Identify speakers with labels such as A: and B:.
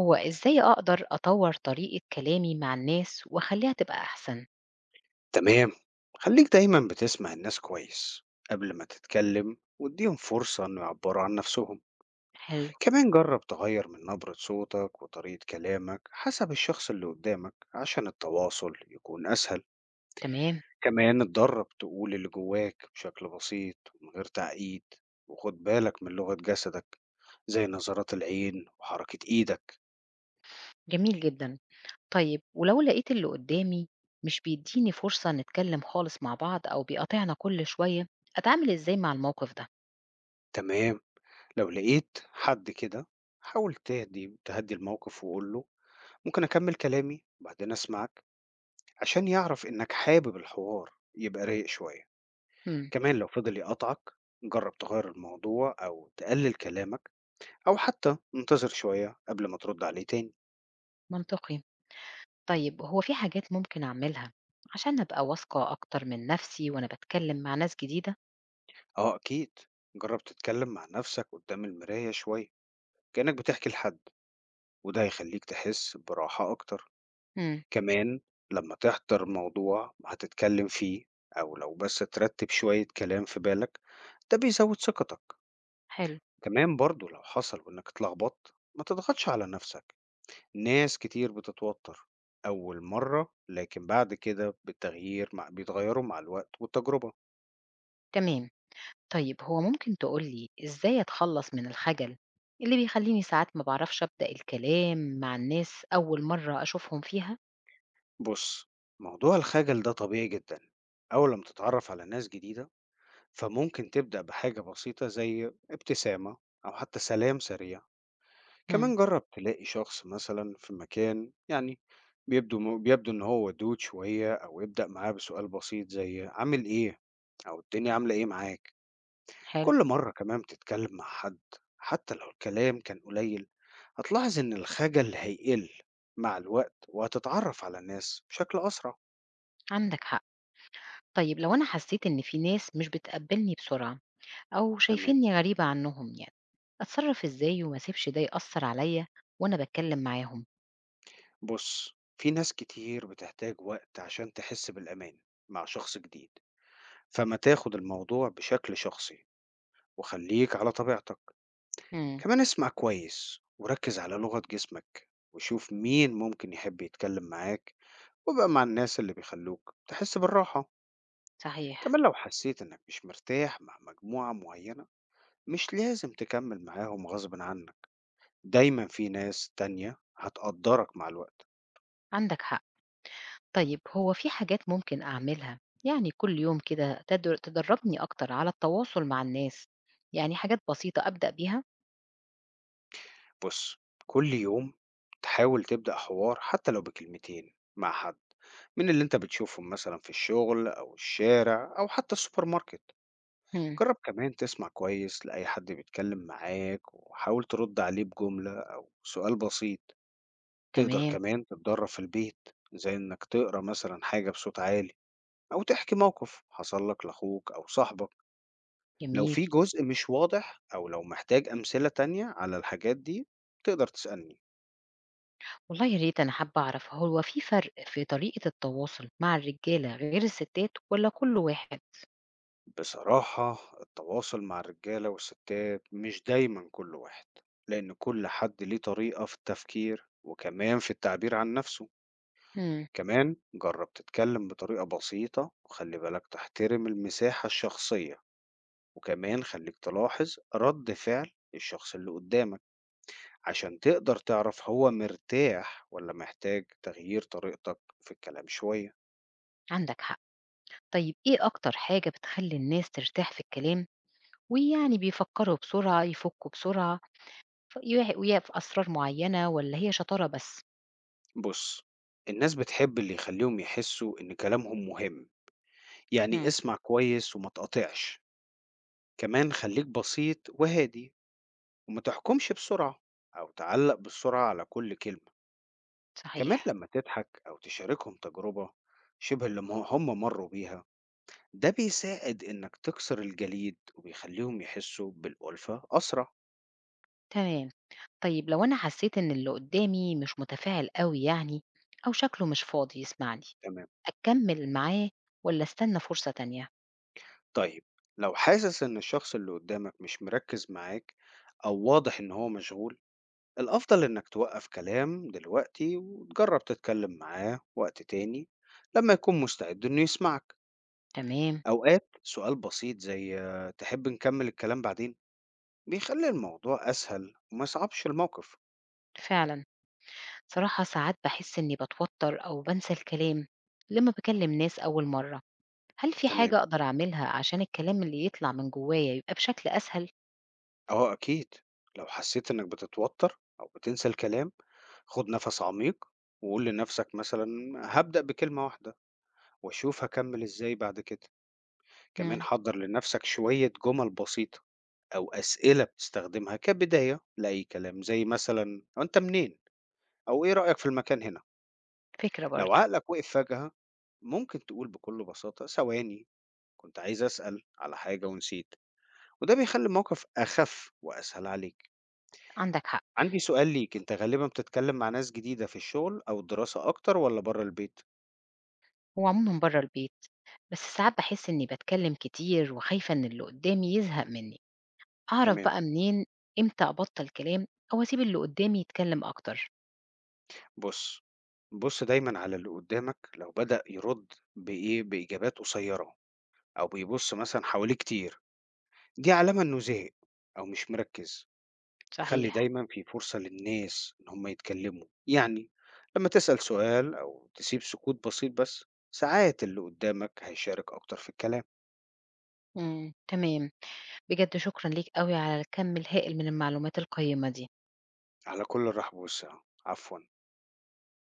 A: هو إزاي أقدر أطور طريقة كلامي مع الناس وأخليها تبقى أحسن؟
B: تمام. خليك دايما بتسمع الناس كويس قبل ما تتكلم واديهم فرصة انه يعبروا عن نفسهم.
A: حلو،
B: كمان جرب تغير من نبرة صوتك وطريقة كلامك حسب الشخص اللي قدامك عشان التواصل يكون اسهل.
A: تمام،
B: كمان اتدرب تقول اللي جواك بشكل بسيط ومن غير تعقيد، وخد بالك من لغة جسدك زي نظرات العين وحركة ايدك.
A: جميل جدًا. طيب ولو لقيت اللي قدامي مش بيديني فرصة نتكلم خالص مع بعض أو بيقاطعنا كل شوية، أتعامل إزاي مع الموقف ده؟
B: تمام، لو لقيت حد كده حاول تهدي الموقف وقول له ممكن أكمل كلامي وبعدين أسمعك، عشان يعرف إنك حابب الحوار يبقى رايق شوية.
A: إمم،
B: كمان لو فضل يقطعك جرب تغير الموضوع أو تقلل كلامك، أو حتى انتظر شوية قبل ما ترد عليه تاني.
A: منطقي. طيب هو في حاجات ممكن أعملها عشان أبقى واثقة أكتر من نفسي وأنا باتكلم مع ناس جديدة؟
B: أه أكيد، جرب تتكلم مع نفسك قدام المراية شوية كأنك بتحكي لحد، وده هيخليك تحس براحة أكتر.
A: إمم،
B: كمان لما تحضر موضوع هتتكلم فيه أو لو بس ترتب شوية كلام في بالك، ده بيزود ثقتك.
A: حلو،
B: كمان برضو لو حصل وإنك اتلخبطت ما تضغطش على نفسك، ناس كتير بتتوتر أول مرة لكن بعد كده بالتغيير مع بيتغيروا مع الوقت والتجربة.
A: تمام. طيب هو ممكن تقول لي إزاي أتخلّص من الخجل اللي بيخلّيني ساعات ما باعرفش أبدأ الكلام مع الناس أول مرّة أشوفهم فيها؟
B: بص، موضوع الخجل ده طبيعي جدا أول لما تتعرف على ناس جديدة، فممكن تبدأ بحاجة بسيطة زي ابتسامة أو حتى سلام سريع.
A: إمم،
B: كمان جرب تلاقي شخص مثلا في مكان يعني بيبدو ان هو ودود شوية او يبدأ معاه بسؤال بسيط زي عامل ايه او الدنيا عاملة ايه معاك.
A: حلو،
B: كل مرة كمان بتتكلم مع حد حتى لو الكلام كان قليل، هتلاحظ ان الخجل هيقل مع الوقت وهتتعرف على الناس بشكل اسرع.
A: عندك حق. طيب لو أنا حسّيت إن في ناس مش بتقبّلني بسرعة أو
B: تمام،
A: شايفينّي غريبة عنّهم يعني، أتصرّف إزاي وما أسيبش ده يأثّر عليّا وأنا باتكلّم معاهم؟
B: بص في ناس كتير بتحتاج وقت عشان تحس بالامان مع شخص جديد، فما تاخد الموضوع بشكل شخصي وخليك على طبيعتك.
A: إمم،
B: كمان اسمع كويس وركز على لغة جسمك وشوف مين ممكن يحب يتكلم معاك، وبقى مع الناس اللي بيخلوك تحس بالراحة.
A: صحيح،
B: كمان لو حسيت انك مش مرتاح مع مجموعة معينة مش لازم تكمل معاهم غصب عنك، دايما في ناس تانية هتقدرك مع الوقت.
A: عندك حق. طيب هو في حاجات ممكن أعملها يعني كل يوم كده تدرّبني أكتر على التواصل مع الناس، يعني حاجات بسيطة أبدأ بيها؟
B: بص، كل يوم تحاول تبدأ حوار حتى لو بكلمتين مع حد من اللي انت بتشوفهم مثلا في الشغل او الشارع او حتى السوبر ماركت.
A: إمم،
B: جرب كمان تسمع كويس لأي حد بيتكلم معاك وحاول ترد عليه بجملة أو سؤال بسيط. تقدر
A: تمام،
B: كمان تتدرب في البيت، زي إنك تقرأ مثلا حاجة بصوت عالي أو تحكي موقف حصل لك لأخوك أو صاحبك. لو
A: جميل.
B: في جزء مش واضح أو لو محتاج أمثلة تانية على الحاجات دي تقدر تسألني.
A: والله يا ريت أنا حابة أعرف، هو في فرق في طريقة التواصل مع الرجالة غير الستات والّا كُلّ واحد؟
B: بصراحة التواصل مع الرجالة والستات مش دايما كل واحد، لأن كل حد ليه طريقة في التفكير وكمان في التعبير عن نفسه.
A: إمم،
B: كمان جرب تتكلم بطريقة بسيطة وخلي بالك تحترم المساحة الشخصية، وكمان خليك تلاحظ رد فعل الشخص اللي قدامك عشان تقدر تعرف هو مرتاح ولا محتاج تغيير طريقتك في الكلام شوية.
A: عندك حق. طيب إيه أكتر حاجة بتخلّي الناس ترتاح في الكلام، ويعني بيفكّروا بسرعة، يفُكّوا بسرعة، ف يح ويعرفوا أسرار معيّنة والّا هي شطارة بس؟
B: بص، الناس بتحب اللي يخليهم يحسوا إن كلامهم مهم، يعني
A: إمم،
B: اسمع كويس وما تقاطعش. كمان خليك بسيط وهادي، وما تحكمش بسرعة أو تعلق بالسرعة على كل كلمة. كمان
A: صحيح،
B: لما تضحك أو تشاركهم تجربة شبه اللي هم مروا بيها، ده بيساعد إنك تكسر الجليد وبيخليهم يحسوا بالألفة أسرع.
A: تمام. طيب لو أنا حسّيت إن اللي قدّامي مش متفاعل أوي يعني أو شكله مش فاضي يسمعني،
B: تمام،
A: أكمّل معاه والّا أستنى فرصة تانية؟
B: طيب لو حاسس إن الشخص اللي قدامك مش مركز معاك أو واضح إن هو مشغول، الأفضل إنك توقف كلام دلوقتي وتجرب تتكلم معاه وقت تاني لما يكون مستعد إنه يسمعك.
A: تمام.
B: أوقات سؤال بسيط زي آه، تحب نكمل الكلام بعدين، بيخلي الموضوع أسهل وما يصعبش الموقف.
A: فعلا. صراحة ساعات بحس إني بتوتر أو بنسى الكلام لما بكلم ناس أول مرة، هل في
B: تمام.
A: حاجة أقدر أعملها عشان الكلام اللي يطلع من جوايا يبقى بشكل أسهل؟
B: آه أكيد، لو حسّيت إنّك بتتوتّر أو بتنسى الكلام، خُد نَفَس عميق وقُل لنَفْسك مثلًا هابدأ بكلمة واحدة وأشوف هاكمّل إزاي بعد كده. كمان
A: مم.
B: حضّر لنَفْسك شوية جُمل بسيطة أو أسئلة بتستخدمها كبداية لأي كلام، زي مثلًا "هو أنت منين؟" أو "إيه رأيك في المكان هنا؟"
A: فكرة
B: لو
A: برضو.
B: عقلك وقف فجأة، ممكن تقول بكل بساطة "ثواني، كنت عايز أسأل على حاجة ونسيت." وده بيخلّي الموقف أخَف وأسهل عليك.
A: عندك حق.
B: عندي سؤال ليك، انت غالبا بتتكلم مع ناس جديدة في الشغل او الدراسة اكتر ولا بره البيت؟
A: هو عموما بره البيت، بس ساعات بحس إني بتكلم كتير وخايفة إن اللي قدامي يزهق مني. أعرف
B: تمام.
A: بقى منين إمتى أبطل كلام أو أسيب اللي قدامي يتكلم أكتر؟
B: بص بص دايما على اللي قدامك، لو بدأ يرد بايه باجابات قصيرة او بيبص مثلا حواليه كتير، دي علامة انه زهق او مش مركز. خلي
A: صحيح.
B: دايما في فرصة للناس ان هم يتكلموا، يعني لما تسأل سؤال او تسيب سكوت بسيط بس، ساعات اللي قدامك هيشارك اكتر في الكلام.
A: مم. تمام. بجد شكرا ليك قوي على الكم الهائل من المعلومات القيمة دي.
B: على كل الرحب والسعة، عفوا.